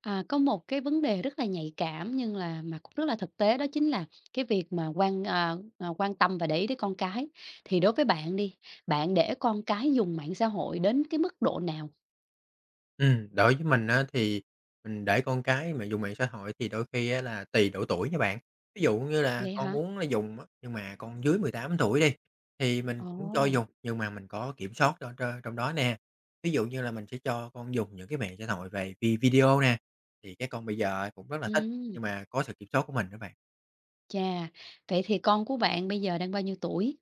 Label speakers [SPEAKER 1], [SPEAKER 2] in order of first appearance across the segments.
[SPEAKER 1] À, có một cái vấn đề rất là nhạy cảm nhưng là mà cũng rất là thực tế đó chính là cái việc mà quan tâm và để ý tới con cái. Thì đối với bạn đi, bạn để con cái dùng mạng xã hội đến cái mức độ nào
[SPEAKER 2] Đối với mình á, thì mình để con cái mà dùng mạng xã hội thì đôi khi á là tùy độ tuổi nha bạn. Ví dụ như là
[SPEAKER 1] vậy
[SPEAKER 2] con
[SPEAKER 1] hả?
[SPEAKER 2] muốn là dùng á, nhưng mà con dưới 18 tuổi đi, thì mình cũng cho
[SPEAKER 1] Ồ,
[SPEAKER 2] dùng, nhưng mà mình có kiểm soát trong đó nè. Ví dụ như là mình sẽ cho con dùng những cái mạng xã hội về video nè, thì cái con bây giờ cũng rất là thích,
[SPEAKER 1] ừm,
[SPEAKER 2] nhưng mà có sự kiểm soát của mình đó bạn.
[SPEAKER 1] chà, vậy thì con của bạn bây giờ đang bao nhiêu tuổi?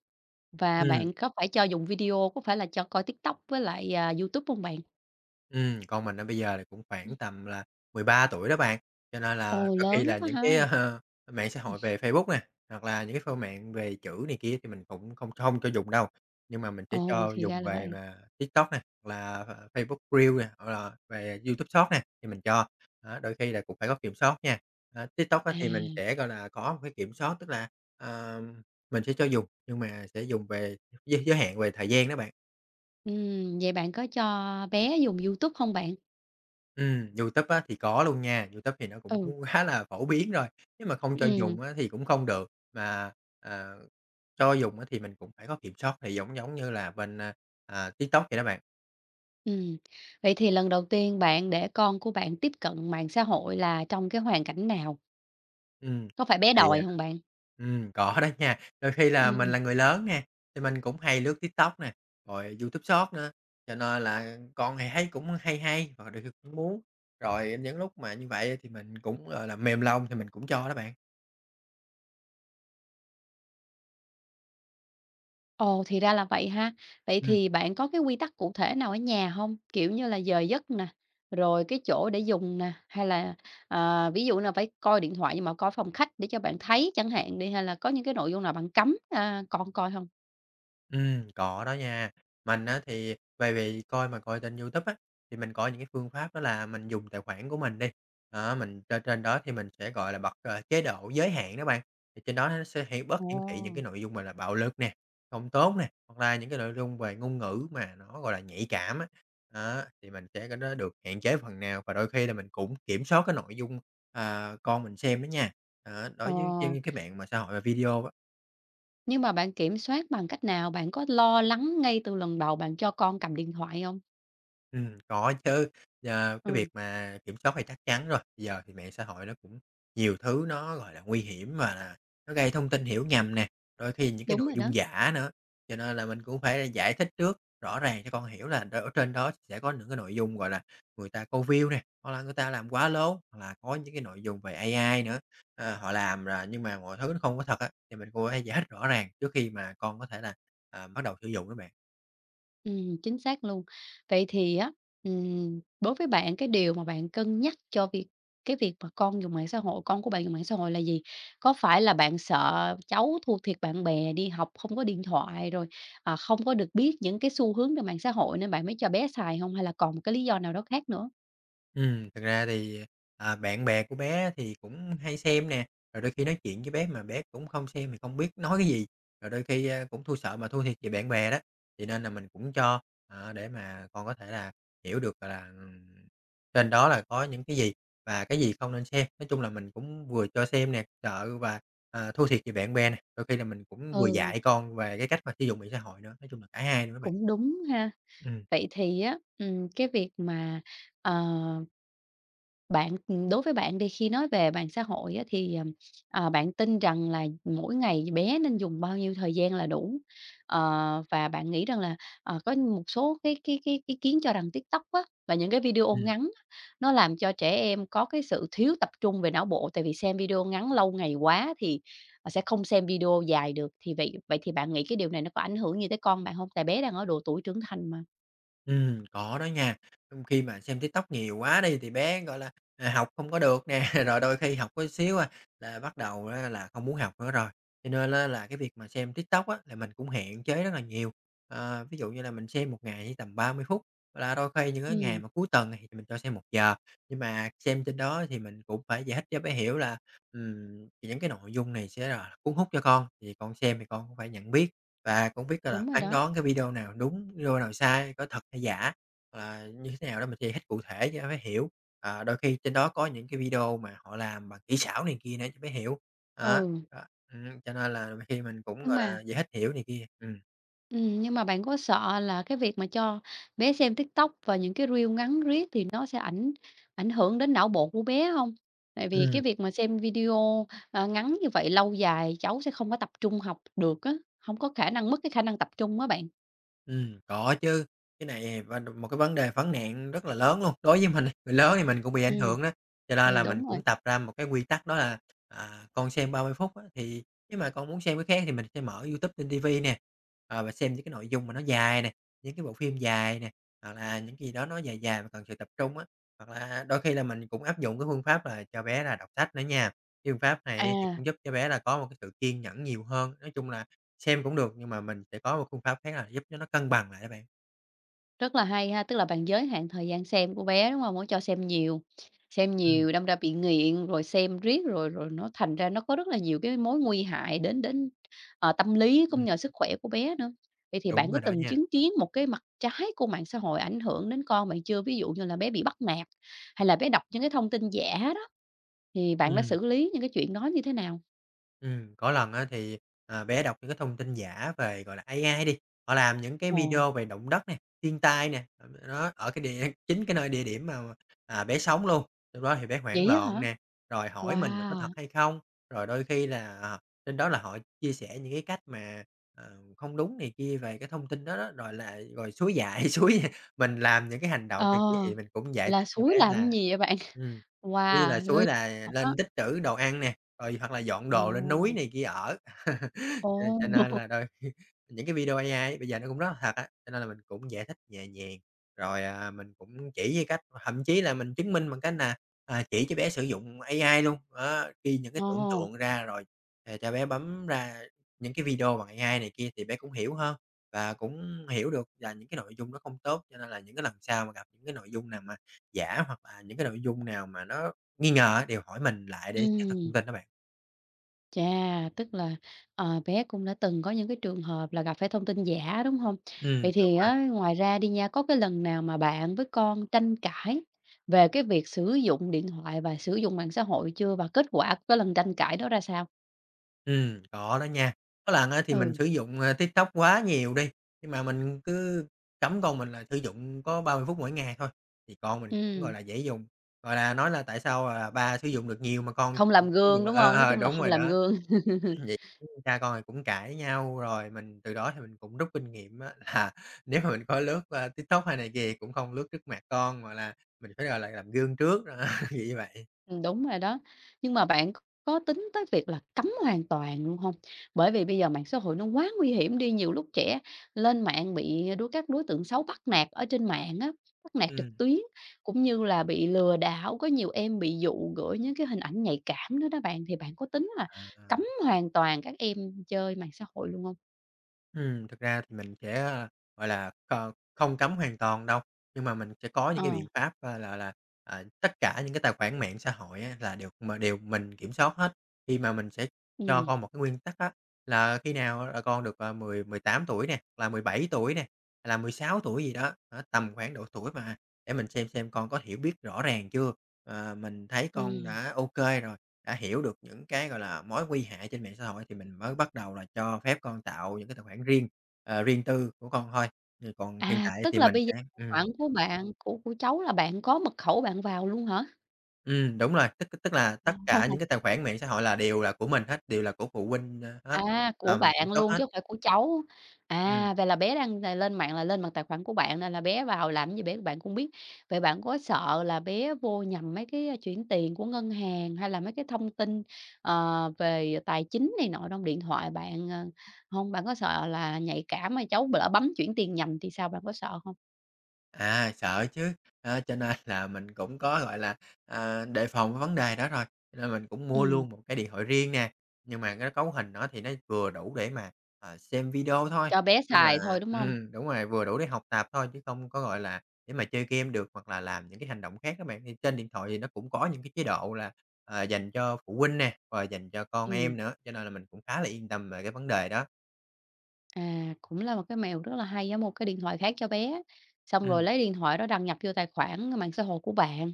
[SPEAKER 1] Và
[SPEAKER 2] Ừm.
[SPEAKER 1] bạn có phải cho dùng video, có phải là cho coi TikTok với lại YouTube không bạn?
[SPEAKER 2] Con mình á bây giờ là cũng
[SPEAKER 1] Ừm.
[SPEAKER 2] khoảng tầm là 13 tuổi đó bạn, cho nên là
[SPEAKER 1] Ồ,
[SPEAKER 2] đôi khi
[SPEAKER 1] lớn
[SPEAKER 2] là
[SPEAKER 1] quá
[SPEAKER 2] những cái,
[SPEAKER 1] ha.
[SPEAKER 2] mạng xã hội về Facebook nè, hoặc là những cái phô mạng về chữ này kia thì mình cũng không không cho dùng đâu, nhưng mà mình sẽ
[SPEAKER 1] Ồ,
[SPEAKER 2] cho
[SPEAKER 1] thì ra
[SPEAKER 2] dùng
[SPEAKER 1] là
[SPEAKER 2] về
[SPEAKER 1] vậy.
[SPEAKER 2] mà TikTok nè, hoặc là, Facebook Reels nè, hoặc là về YouTube Short nè, thì mình cho. Đó, đôi khi là cũng phải có kiểm soát nha. Ờ, TikTok á
[SPEAKER 1] À,
[SPEAKER 2] thì mình sẽ, gọi là, có một cái kiểm soát, tức là, ờ, mình sẽ cho dùng, nhưng mà sẽ dùng về giới giới hạn về thời gian đó bạn.
[SPEAKER 1] vậy bạn có cho bé dùng YouTube không bạn?
[SPEAKER 2] YouTube á thì có luôn nha, YouTube thì nó cũng
[SPEAKER 1] Ừ,
[SPEAKER 2] khá là phổ biến rồi, nếu mà không cho
[SPEAKER 1] ừ
[SPEAKER 2] dùng á thì cũng không được, mà, à, cho dùng á thì mình cũng phải có kiểm soát, thì giống giống như là bên, TikTok vậy đó bạn.
[SPEAKER 1] ừm. Vậy thì lần đầu tiên bạn để con của bạn tiếp cận mạng xã hội là trong cái hoàn cảnh nào?
[SPEAKER 2] Ừm,
[SPEAKER 1] Có phải bé
[SPEAKER 2] thì,
[SPEAKER 1] đòi
[SPEAKER 2] à
[SPEAKER 1] không bạn?
[SPEAKER 2] Có đó nha, đôi khi là mình
[SPEAKER 1] Ừm.
[SPEAKER 2] là người lớn nè, thì mình cũng hay lướt TikTok nè, rồi YouTube Short nữa, cho nên là con thì thấy cũng hay hay và đôi khi cũng muốn, rồi những lúc mà như vậy thì mình cũng, gọi là, mềm lòng thì mình cũng cho đó bạn.
[SPEAKER 1] Ồ, thì ra là vậy ha. Vậy
[SPEAKER 2] Ừm.
[SPEAKER 1] thì bạn có cái quy tắc cụ thể nào ở nhà không? Kiểu như là giờ giấc nè, rồi cái chỗ để dùng nè, hay là, ví dụ là phải coi điện thoại nhưng mà coi phòng khách để cho bạn thấy chẳng hạn đi, hay là có những cái nội dung nào bạn cấm, con coi không?
[SPEAKER 2] Có đó nha. Mình á thì về vì coi mà coi trên YouTube á, thì mình có những cái phương pháp đó là mình dùng tài khoản của mình đi, đó, mình trên trên đó thì mình sẽ, gọi là, bật, chế độ giới hạn đó bạn, thì trên đó nó sẽ bớt hiển thị những
[SPEAKER 1] Ồ,
[SPEAKER 2] cái nội dung mà là bạo lực nè, không tốt nè, hoặc là những cái nội dung về ngôn ngữ mà nó, gọi là, nhạy cảm á. Đó, thì mình sẽ cái đó được hạn chế phần nào và đôi khi là mình cũng kiểm soát cái nội dung, con mình xem đó nha, đó,
[SPEAKER 1] ờ.
[SPEAKER 2] đối với trên cái mạng mà xã hội và video á.
[SPEAKER 1] Nhưng mà bạn kiểm soát bằng cách nào? Bạn có lo lắng ngay từ lần đầu bạn cho con cầm điện thoại không?
[SPEAKER 2] Có chứ, cái
[SPEAKER 1] Ừ.
[SPEAKER 2] việc mà kiểm soát thì chắc chắn rồi. Giờ thì mạng xã hội nó cũng nhiều thứ nó, gọi là, nguy hiểm và là nó gây thông tin hiểu nhầm nè, đôi khi những cái
[SPEAKER 1] Đúng
[SPEAKER 2] nội
[SPEAKER 1] rồi đó,
[SPEAKER 2] dung giả nữa, cho nên là mình cũng phải giải thích trước rõ ràng cho con hiểu là ở trên đó sẽ có những cái nội dung, gọi là, người ta câu view nè, hoặc là người ta làm quá lố, hoặc là có những cái nội dung về AI nữa, họ làm là nhưng mà mọi thứ nó không có thật á, thì mình cũng phải giải thích rõ ràng trước khi mà con có thể là, bắt đầu sử dụng đó bạn.
[SPEAKER 1] chính xác luôn. Vậy thì á, đối với bạn cái điều mà bạn cân nhắc cho việc cái việc mà con dùng mạng xã hội con của bạn dùng mạng xã hội là gì? Có phải là bạn sợ cháu thua thiệt bạn bè đi học không có điện thoại, rồi, không có được biết những cái xu hướng trên mạng xã hội nên bạn mới cho bé xài không? Hay là còn một cái lý do nào đó khác nữa?
[SPEAKER 2] Thực ra thì, bạn bè của bé thì cũng hay xem nè, rồi đôi khi nói chuyện với bé mà bé cũng không xem thì không biết nói cái gì, rồi đôi khi, cũng thui sợ mà thua thiệt về bạn bè đó. Thì nên là mình cũng cho, để mà con có thể là hiểu được, là, trên đó là có những cái gì và cái gì không nên xem. Nói chung là mình cũng vừa cho xem nè, sợ và, thua thiệt về bạn bè nè, đôi khi là mình cũng vừa
[SPEAKER 1] Ừ,
[SPEAKER 2] dạy con về cái cách mà sử dụng mạng xã hội nữa, nói chung là cả hai luôn đó bạn.
[SPEAKER 1] cũng đúng ha.
[SPEAKER 2] Ừm.
[SPEAKER 1] Vậy thì á, cái việc mà, ờ, bạn đối với bạn đi, khi nói về mạng xã hội á thì, bạn tin rằng là mỗi ngày bé nên dùng bao nhiêu thời gian là đủ? Ờ, và bạn nghĩ rằng là, có một số cái ý kiến cho rằng TikTok á, và những cái video
[SPEAKER 2] Ừm.
[SPEAKER 1] ngắn á, nó làm cho trẻ em có cái sự thiếu tập trung về não bộ, tại vì xem video ngắn lâu ngày quá thì, sẽ không xem video dài được. Thì vậy vậy thì bạn nghĩ cái điều này nó có ảnh hưởng gì tới con bạn không? Tại bé đang ở độ tuổi trưởng thành mà.
[SPEAKER 2] Có đó nha. Khi mà xem TikTok nhiều quá đi thì bé, gọi là, học không có được nè, rồi đôi khi học có xíu à là bắt đầu á là không muốn học nữa rồi. Cho nên á là cái việc mà xem TikTok á là mình cũng hạn chế rất là nhiều. Ờ, ví dụ như là mình xem một ngày chỉ tầm 30 phút, hoặc là đôi khi những cái ngày
[SPEAKER 1] Ừm.
[SPEAKER 2] mà cuối tuần thì mình cho xem 1 giờ. Nhưng mà xem trên đó thì mình cũng phải giải thích cho bé hiểu là, những cái nội dung này sẽ là cuốn hút cho con, thì con xem thì con cũng phải nhận biết. Và cũng biết là
[SPEAKER 1] Đúng rồi
[SPEAKER 2] phán
[SPEAKER 1] đó.
[SPEAKER 2] đoán cái video nào đúng, video nào sai, có thật hay giả, là như thế nào đó mình sẽ hết cụ thể cho mới hiểu. Ờ, đôi khi trên đó có những cái video mà họ làm bằng kỹ xảo này kia nữa cho mới hiểu. Đó,
[SPEAKER 1] Ừ,
[SPEAKER 2] đó, cho nên là đôi khi mình cũng,
[SPEAKER 1] nhưng
[SPEAKER 2] gọi
[SPEAKER 1] mà
[SPEAKER 2] là, dễ hết hiểu này kia,
[SPEAKER 1] nhưng mà bạn có sợ là cái việc mà cho bé xem TikTok và những cái reel ngắn riết thì nó sẽ ảnh ảnh hưởng đến não bộ của bé không? Tại vì cái
[SPEAKER 2] ừm.
[SPEAKER 1] việc mà xem video, ngắn như vậy lâu dài cháu sẽ không có tập trung học được á, không có khả năng mất cái khả năng tập trung á bạn.
[SPEAKER 2] Có chứ, cái này và một cái vấn đề vấn nạn rất là lớn luôn. Đối với mình người lớn thì mình cũng bị ảnh
[SPEAKER 1] Ừ
[SPEAKER 2] hưởng đó, cho nên là mình
[SPEAKER 1] đúng rồi.
[SPEAKER 2] cũng tập ra một cái quy tắc đó là, con xem 30 phút á, thì nếu mà con muốn xem cái khác thì mình sẽ mở YouTube trên ti vi nè, và xem những cái nội dung mà nó dài nè, những cái bộ phim dài nè, hoặc là những cái gì đó nó dài dài mà cần sự tập trung á. Hoặc là đôi khi là mình cũng áp dụng cái phương pháp là cho bé là đọc sách nữa nha, cái phương pháp này thì
[SPEAKER 1] À.
[SPEAKER 2] cũng giúp cho bé là có một cái sự kiên nhẫn nhiều hơn. Nói chung là xem cũng được, nhưng mà mình sẽ có một phương pháp khác là giúp cho nó cân bằng lại đó bạn.
[SPEAKER 1] Rất là hay ha, tức là bạn giới hạn thời gian xem của bé, đúng không? Hổng cho xem
[SPEAKER 2] Ừm,
[SPEAKER 1] nhiều đâm ra bị nghiện, rồi xem riết rồi rồi nó thành ra nó có rất là nhiều cái mối nguy hại đến đến, tâm lý cũng
[SPEAKER 2] ừm.
[SPEAKER 1] như sức khỏe của bé nữa. Vậy thì
[SPEAKER 2] Đúng
[SPEAKER 1] bạn có
[SPEAKER 2] rồi đó
[SPEAKER 1] từng
[SPEAKER 2] nha.
[SPEAKER 1] chứng kiến một cái mặt trái của mạng xã hội ảnh hưởng đến con bạn chưa? Ví dụ như là bé bị bắt nạt, hay là bé đọc những cái thông tin giả đó, thì bạn đã
[SPEAKER 2] Ừm.
[SPEAKER 1] xử lý những cái chuyện đó như thế nào?
[SPEAKER 2] Có lần á thì, bé đọc những cái thông tin giả về, gọi là, AI đi, họ làm những cái
[SPEAKER 1] Ồ,
[SPEAKER 2] video về động đất nè, thiên tai nè, nó ở cái địa chính cái nơi địa điểm mà bé sống luôn. Lúc đó thì bé hoảng
[SPEAKER 1] vậy á hả?
[SPEAKER 2] loạn nè, rồi hỏi mình là có thật
[SPEAKER 1] Wow!
[SPEAKER 2] hay không, rồi đôi khi là, trên đó là họ chia sẻ những cái cách mà, không đúng này kia về cái thông tin đó đó, rồi là rồi suối dại, suối mình làm những cái hành
[SPEAKER 1] Ờ,
[SPEAKER 2] động này kia thì mình cũng giải
[SPEAKER 1] là
[SPEAKER 2] thích cho
[SPEAKER 1] suối
[SPEAKER 2] bé
[SPEAKER 1] làm
[SPEAKER 2] là
[SPEAKER 1] gì vậy bạn?
[SPEAKER 2] ừm, như là
[SPEAKER 1] Wow! Ghê.
[SPEAKER 2] suối là lên tích trữ đồ ăn nè. Rồi hoặc là dọn
[SPEAKER 1] Ồ,
[SPEAKER 2] đồ lên núi này kia ở. Cho
[SPEAKER 1] ồ,
[SPEAKER 2] cho nên là đôi khi những cái video AI bây giờ nó cũng rất là thật á, cho nên là mình cũng giải thích nhẹ nhàng, rồi, mình cũng chỉ với cách thậm chí là mình chứng minh bằng cách là, chỉ cho bé sử dụng AI luôn, đó, ghi những cái tưởng
[SPEAKER 1] ồ,
[SPEAKER 2] tượng ra rồi, cho bé bấm ra những cái video bằng AI này kia thì bé cũng hiểu hơn và cũng hiểu được là những cái nội dung nó không tốt. Cho nên là những cái lần sau mà gặp những cái nội dung nào mà giả hoặc là những cái nội dung nào mà nó nghi ngờ á, đều hỏi mình lại để xác thực
[SPEAKER 1] ừm,
[SPEAKER 2] thông tin đó bạn.
[SPEAKER 1] chà, tức là, bé cũng đã từng có những cái trường hợp là gặp phải thông tin giả, đúng không? Vậy
[SPEAKER 2] Đúng
[SPEAKER 1] thì
[SPEAKER 2] rồi.
[SPEAKER 1] á, ngoài ra đi nha, có cái lần nào mà bạn với con tranh cãi về cái việc sử dụng điện thoại và sử dụng mạng xã hội chưa? Và kết quả của cái lần tranh cãi đó ra sao?
[SPEAKER 2] Có đó nha. Có lần á thì mình
[SPEAKER 1] Ừ,
[SPEAKER 2] sử dụng, TikTok quá nhiều đi, nhưng mà mình cứ cấm con mình là sử dụng có 30 phút mỗi ngày thôi, thì con mình cũng, gọi
[SPEAKER 1] ừm,
[SPEAKER 2] là, dễ dùng, gọi là, nói là "Tại sao, ba sử dụng được nhiều mà con
[SPEAKER 1] không làm
[SPEAKER 2] sử
[SPEAKER 1] gương,
[SPEAKER 2] dụng là"
[SPEAKER 1] đúng không? Nói chung là
[SPEAKER 2] đúng
[SPEAKER 1] không
[SPEAKER 2] rồi
[SPEAKER 1] làm
[SPEAKER 2] đó.
[SPEAKER 1] gương.
[SPEAKER 2] Vậy cha con thì cũng cãi nhau, rồi mình từ đó thì mình cũng rút kinh nghiệm á là nếu mà mình có lướt, TikTok hay này kia cũng không lướt trước mặt con, mà là mình phải, gọi là, làm gương trước, đó, kiểu như vậy.
[SPEAKER 1] Đúng rồi đó. Nhưng mà bạn có tính tới việc là cấm hoàn toàn luôn không? Bởi vì bây giờ mạng xã hội nó quá nguy hiểm đi, nhiều lúc trẻ lên mạng bị các đối tượng xấu bắt nạt ở trên mạng á, bắt nạt trực
[SPEAKER 2] Ừm,
[SPEAKER 1] tuyến, cũng như là bị lừa đảo, có nhiều em bị dụ gửi những cái hình ảnh nhạy cảm nữa đó bạn. Thì bạn có tính là
[SPEAKER 2] à.
[SPEAKER 1] cấm hoàn toàn các em chơi mạng xã hội luôn không?
[SPEAKER 2] Thực ra thì mình sẽ, gọi là, co không cấm hoàn toàn đâu, nhưng mà mình sẽ có những cái
[SPEAKER 1] Ờ,
[SPEAKER 2] biện pháp, là, tất cả những cái tài khoản mạng xã hội á là đều mình kiểm soát hết. Khi mà mình sẽ cho
[SPEAKER 1] ừm,
[SPEAKER 2] con một cái nguyên tắc á, là khi nào là con được, 10 18 tuổi nè, là 17 tuổi nè, là 16 tuổi gì đó, đó, tầm khoảng độ tuổi mà để mình xem con có hiểu biết rõ ràng chưa, mình thấy con
[SPEAKER 1] ừm.
[SPEAKER 2] đã ok rồi đã hiểu được những cái, gọi là, mối nguy hại trên mạng xã hội thì mình mới bắt đầu là cho phép con tạo những cái tài khoản riêng, riêng tư của con thôi. Thì còn hiện
[SPEAKER 1] À,
[SPEAKER 2] tại
[SPEAKER 1] tức
[SPEAKER 2] thì
[SPEAKER 1] là
[SPEAKER 2] mình
[SPEAKER 1] bây giờ
[SPEAKER 2] sẽ
[SPEAKER 1] tài khoản của cháu là bạn có mật khẩu bạn vào luôn hả?
[SPEAKER 2] đúng rồi, tức tức là tất cả những cái tài khoản mạng xã hội là đều là của mình hết, đều là của phụ huynh, hết,
[SPEAKER 1] À, của
[SPEAKER 2] là mình kiểm
[SPEAKER 1] bạn
[SPEAKER 2] soát
[SPEAKER 1] luôn
[SPEAKER 2] hết.
[SPEAKER 1] chứ không phải của cháu.
[SPEAKER 2] Ừm.
[SPEAKER 1] À, vậy là bé đang là lên mạng là lên bằng tài khoản của bạn nên là bé vào làm gì bé bạn cũng biết. Vậy bạn có sợ là bé vô nhầm mấy cái, chuyển tiền của ngân hàng hay là mấy cái thông tin, về tài chính này nọ trong điện thoại bạn, hông? Bạn có sợ là nhạy cảm mà cháu lỡ bấm chuyển tiền nhầm thì sao, bạn có sợ không?
[SPEAKER 2] À, sợ chứ, cho nên là mình cũng có, gọi là, đề phòng cái vấn đề đó rồi, cho nên mình cũng mua
[SPEAKER 1] Ừm,
[SPEAKER 2] luôn một cái điện thoại riêng nè, nhưng mà cái cấu hình nó thì nó vừa đủ để mà, xem video thôi.
[SPEAKER 1] cho bé
[SPEAKER 2] Chung là
[SPEAKER 1] xài thôi, đúng không?
[SPEAKER 2] đúng rồi, vừa đủ để học tập thôi chứ không có, gọi là, để mà chơi game được hoặc là làm những cái hành động khác á bạn. Thì trên điện thoại thì nó cũng có những cái chế độ là, dành cho phụ huynh nè, rồi dành cho con
[SPEAKER 1] Ừm.
[SPEAKER 2] em nữa, cho nên là mình cũng khá là yên tâm về cái vấn đề đó.
[SPEAKER 1] À, cũng là một cái mẹo rất là hay, giống một cái điện thoại khác cho bé, xong rồi
[SPEAKER 2] Ừm.
[SPEAKER 1] lấy điện thoại đó đăng nhập vô tài khoản mạng xã hội của bạn,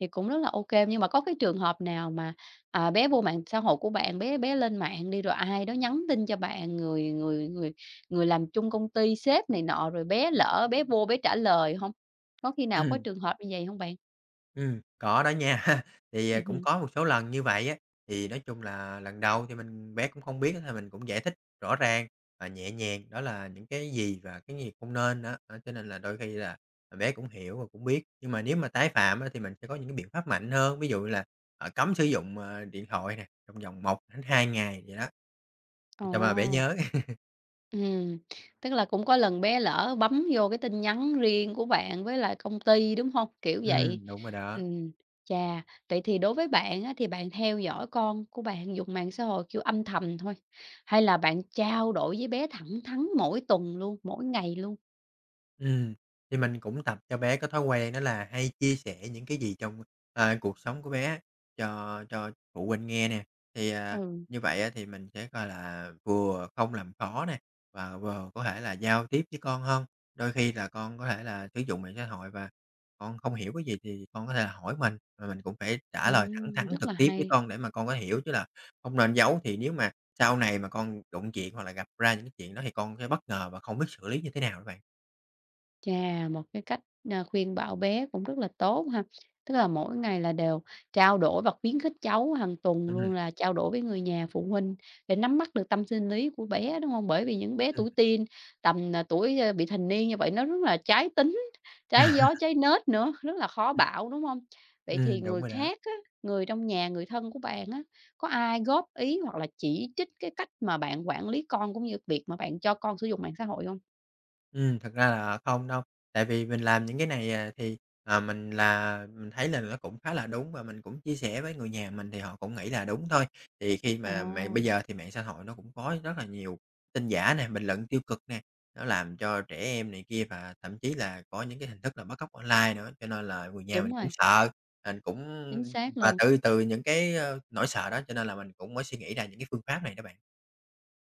[SPEAKER 1] thì cũng rất là ok. Nhưng mà có cái trường hợp nào mà, bé vô mạng xã hội của bạn, bé bé lên mạng đi, rồi ai đó nhắn tin cho bạn, người người người người làm chung công ty, sếp này nọ, rồi bé lỡ bé vô bé trả lời không? Có khi nào có
[SPEAKER 2] Ừm.
[SPEAKER 1] trường hợp như vậy không bạn?
[SPEAKER 2] Có đó nha. Thì, cũng có một số lần như vậy á, thì nói chung là lần đầu thì mình bé cũng không biết thì mình cũng giải thích rõ ràng và nhẹ nhàng đó là những cái gì và cái gì không nên đó. Đó, cho nên là đôi khi là, bé cũng hiểu và cũng biết. Nhưng mà nếu mà tái phạm á, thì mình sẽ có những cái biện pháp mạnh hơn, ví dụ là, cấm sử dụng, điện thoại nè, trong vòng 1 đến 2 ngày vậy đó,
[SPEAKER 1] Ồ.
[SPEAKER 2] để cho mà bé nhớ.
[SPEAKER 1] Ừm, tức là cũng có lần bé lỡ bấm vô cái tin nhắn riêng của bạn với lại công ty, đúng không? Kiểu vậy.
[SPEAKER 2] Đúng rồi đó.
[SPEAKER 1] Ừm, chà, vậy thì đối với bạn á, thì bạn theo dõi con của bạn dùng mạng xã hội, kiểu, âm thầm thôi, hay là bạn trao đổi với bé thẳng thắn mỗi tuần luôn, mỗi ngày luôn?
[SPEAKER 2] Ừm, thì mình cũng tập cho bé có thói quen đó là hay chia sẻ những cái gì trong, cuộc sống của bé cho phụ huynh nghe nè. Thì,
[SPEAKER 1] Ừ,
[SPEAKER 2] như vậy á thì mình sẽ coi là vừa không làm khó nè, và vừa có thể là giao tiếp với con hơn. Đôi khi là con có thể là sử dụng mạng xã hội và con không hiểu cái gì thì con có thể là hỏi mình, và mình cũng phải trả lời thẳng thắn
[SPEAKER 1] rất là
[SPEAKER 2] trực tiếp với
[SPEAKER 1] hay.
[SPEAKER 2] con để mà con có hiểu, chứ là không nên giấu. Thì nếu mà sau này mà con đụng chuyện hoặc là gặp ra những cái chuyện đó thì con sẽ bất ngờ và không biết xử lý như thế nào đó bạn.
[SPEAKER 1] Chà, một cái cách, khuyên bảo bé cũng rất là tốt ha. Tức là mỗi ngày là đều trao đổi và khuyến khích cháu hàng tuần
[SPEAKER 2] Ừm.
[SPEAKER 1] luôn là trao đổi với người nhà, phụ huynh để nắm bắt được tâm sinh lý của bé, đúng không? Bởi vì những bé
[SPEAKER 2] Ừm.
[SPEAKER 1] tuổi teen, tầm, tuổi, bị thành niên như vậy nó rất là trái tính, trái gió, trái nết nữa, rất là khó bảo, đúng không? Vậy thì
[SPEAKER 2] Đúng
[SPEAKER 1] người
[SPEAKER 2] rồi đó.
[SPEAKER 1] khác á, người trong nhà, người thân của bạn á, có ai góp ý hoặc là chỉ trích cái cách mà bạn quản lý con cũng như việc mà bạn cho con sử dụng mạng xã hội không?
[SPEAKER 2] Thật ra là không đâu, tại vì mình làm những cái này, thì, mình thấy là nó cũng khá là đúng và mình cũng chia sẻ với người nhà mình thì họ cũng nghĩ là đúng thôi. Thì khi
[SPEAKER 1] Ờ,
[SPEAKER 2] mà mạng bây giờ thì mạng xã hội nó cũng có rất là nhiều tin giả nè, bình luận tiêu cực nè, nó làm cho trẻ em này kia và thậm chí là có những cái hình thức là bắt cóc online nữa, cho nên là người nhà
[SPEAKER 1] đúng
[SPEAKER 2] mình cũng
[SPEAKER 1] rồi.
[SPEAKER 2] sợ, mình cũng
[SPEAKER 1] Chính xác
[SPEAKER 2] và
[SPEAKER 1] luôn.
[SPEAKER 2] từ từ những cái, nỗi sợ đó cho nên là mình cũng mới suy nghĩ ra những cái phương pháp này đó bạn.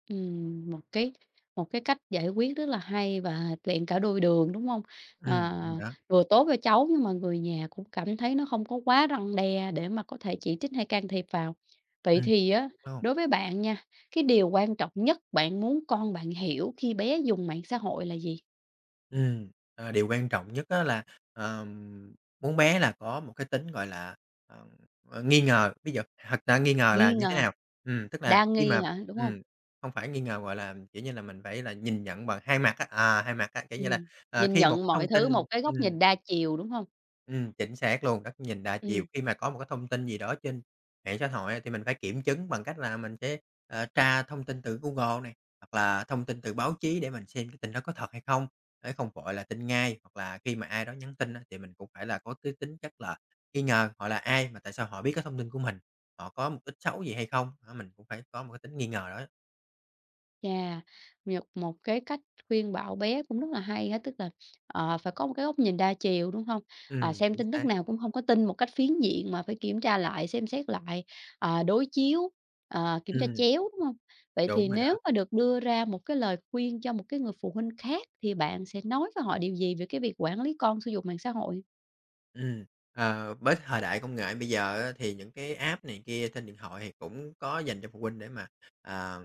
[SPEAKER 1] Ừm, một cái một cái cách giải quyết rất là hay và tiện cả đôi đường, đúng không? Ờ,
[SPEAKER 2] Đúng rồi đó.
[SPEAKER 1] vừa tốt cho cháu nhưng mà người nhà cũng cảm thấy nó không có quá răn đe để mà có thể chỉ trích hay can thiệp vào. Vậy
[SPEAKER 2] Ừm,
[SPEAKER 1] thì á, đối với bạn nha, cái điều quan trọng nhất bạn muốn con bạn hiểu khi bé dùng mạng xã hội là gì?
[SPEAKER 2] Điều quan trọng nhất á là, ờm, muốn bé là có một cái tính, gọi là, ờ, nghi ngờ. Ví dụ thật ra nghi ngờ là
[SPEAKER 1] Nghi
[SPEAKER 2] như
[SPEAKER 1] ngờ,
[SPEAKER 2] thế nào? Tức là
[SPEAKER 1] đa
[SPEAKER 2] khi
[SPEAKER 1] nghi
[SPEAKER 2] mà
[SPEAKER 1] hả, đúng không?
[SPEAKER 2] ừm, không phải nghi ngờ, gọi là, kiểu như là, mình phải là nhìn nhận bằng hai mặt á, hai mặt á, kiểu như là,
[SPEAKER 1] Ừm, nhìn
[SPEAKER 2] khi một
[SPEAKER 1] nhận
[SPEAKER 2] cái
[SPEAKER 1] mọi
[SPEAKER 2] thông
[SPEAKER 1] thứ một
[SPEAKER 2] tin
[SPEAKER 1] cái
[SPEAKER 2] ừm.
[SPEAKER 1] góc nhìn đa chiều, đúng không?
[SPEAKER 2] Chính xác luôn, rất nhìn đa chiều.
[SPEAKER 1] Ừm.
[SPEAKER 2] Khi mà có một cái thông tin gì đó trên mạng xã hội á, thì mình phải kiểm chứng bằng cách là mình sẽ, tra thông tin từ Google này, hoặc là thông tin từ báo chí để mình xem cái tin đó có thật hay không, để không vội là tin ngay. Hoặc là khi mà ai đó nhắn tin á, thì mình cũng phải là có cái tính chất là nghi ngờ họ là ai, mà tại sao họ biết cái thông tin của mình, họ có mục đích xấu gì hay không? Đó, mình cũng phải có một cái tính nghi ngờ đó.
[SPEAKER 1] Chà, nhật một cái cách khuyên bảo bé cũng rất là hay á, tức là, phải có một cái góc nhìn đa chiều, đúng không? À, xem
[SPEAKER 2] Chính
[SPEAKER 1] tin tức
[SPEAKER 2] xác.
[SPEAKER 1] nào cũng không có tin một cách phiến diện mà phải kiểm tra lại, xem xét lại, đối chiếu, kiểm tra
[SPEAKER 2] Ừm,
[SPEAKER 1] chéo, đúng không? Vậy thì
[SPEAKER 2] đúng rồi đó.
[SPEAKER 1] nếu mà được đưa ra một cái lời khuyên cho một cái người phụ huynh khác thì bạn sẽ nói với họ điều gì về cái việc quản lý con sử dụng mạng xã hội?
[SPEAKER 2] Ừm, với thời đại công nghệ bây giờ á, thì những cái app này kia trên điện thoại thì cũng có dành cho phụ huynh để mà, à,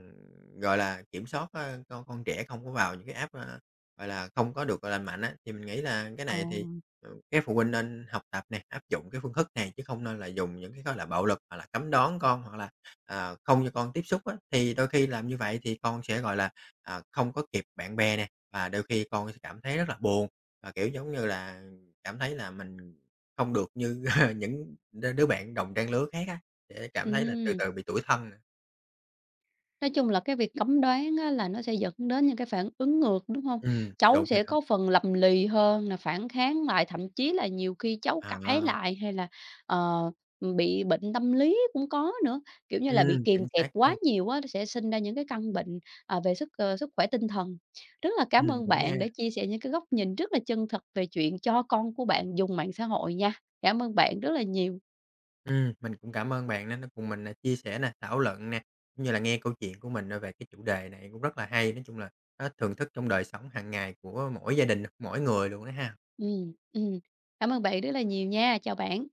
[SPEAKER 2] gọi là, kiểm soát, con trẻ không có vào những cái app, gọi là, không có được, lành mạnh á, thì mình nghĩ là cái
[SPEAKER 1] Ờ,
[SPEAKER 2] này thì, các phụ huynh nên học tập này áp dụng cái phương thức này chứ không nên là dùng những cái, gọi là, bạo lực hoặc là cấm đón con hoặc là, không cho con tiếp xúc á. Thì đôi khi làm như vậy thì con sẽ, gọi là, không có kịp bạn bè nè, và đôi khi con sẽ cảm thấy rất là buồn và, kiểu, giống như là, cảm thấy là mình không được như những đứa bạn đồng trang lứa khác á, sẽ cảm thấy là từ
[SPEAKER 1] ừm.
[SPEAKER 2] từ bị tủi thân nè.
[SPEAKER 1] Nói chung là cái việc cấm đoán á là nó sẽ dẫn đến những cái phản ứng ngược, đúng không? Cháu
[SPEAKER 2] Đúng rồi
[SPEAKER 1] sẽ
[SPEAKER 2] đó.
[SPEAKER 1] có phần lầm lì hơn là phản kháng lại, thậm chí là nhiều khi cháu cãi
[SPEAKER 2] À,
[SPEAKER 1] lại hay là, ờ, bị bệnh tâm lý cũng có nữa, kiểu như là, bị kìm
[SPEAKER 2] chính
[SPEAKER 1] kẹp
[SPEAKER 2] xác
[SPEAKER 1] quá
[SPEAKER 2] luôn.
[SPEAKER 1] nhiều á, sẽ sinh ra những cái căn bệnh, về sức khỏe tinh thần. Rất là cảm ơn
[SPEAKER 2] Đúng nha.
[SPEAKER 1] bạn đã chia sẻ những cái góc nhìn rất là chân thật về chuyện cho con của bạn dùng mạng xã hội nha. Cảm ơn bạn rất là nhiều.
[SPEAKER 2] Mình cũng cảm ơn bạn đã cùng mình, chia sẻ nè, thảo luận nè, cũng như là nghe câu chuyện của mình, về cái chủ đề này cũng rất là hay. Nói chung là nó thưởng thức trong đời sống hàng ngày của mỗi gia đình, mỗi người luôn đó ha.
[SPEAKER 1] Ừm, ừm, cảm ơn bạn rất là nhiều nha. Chào bạn.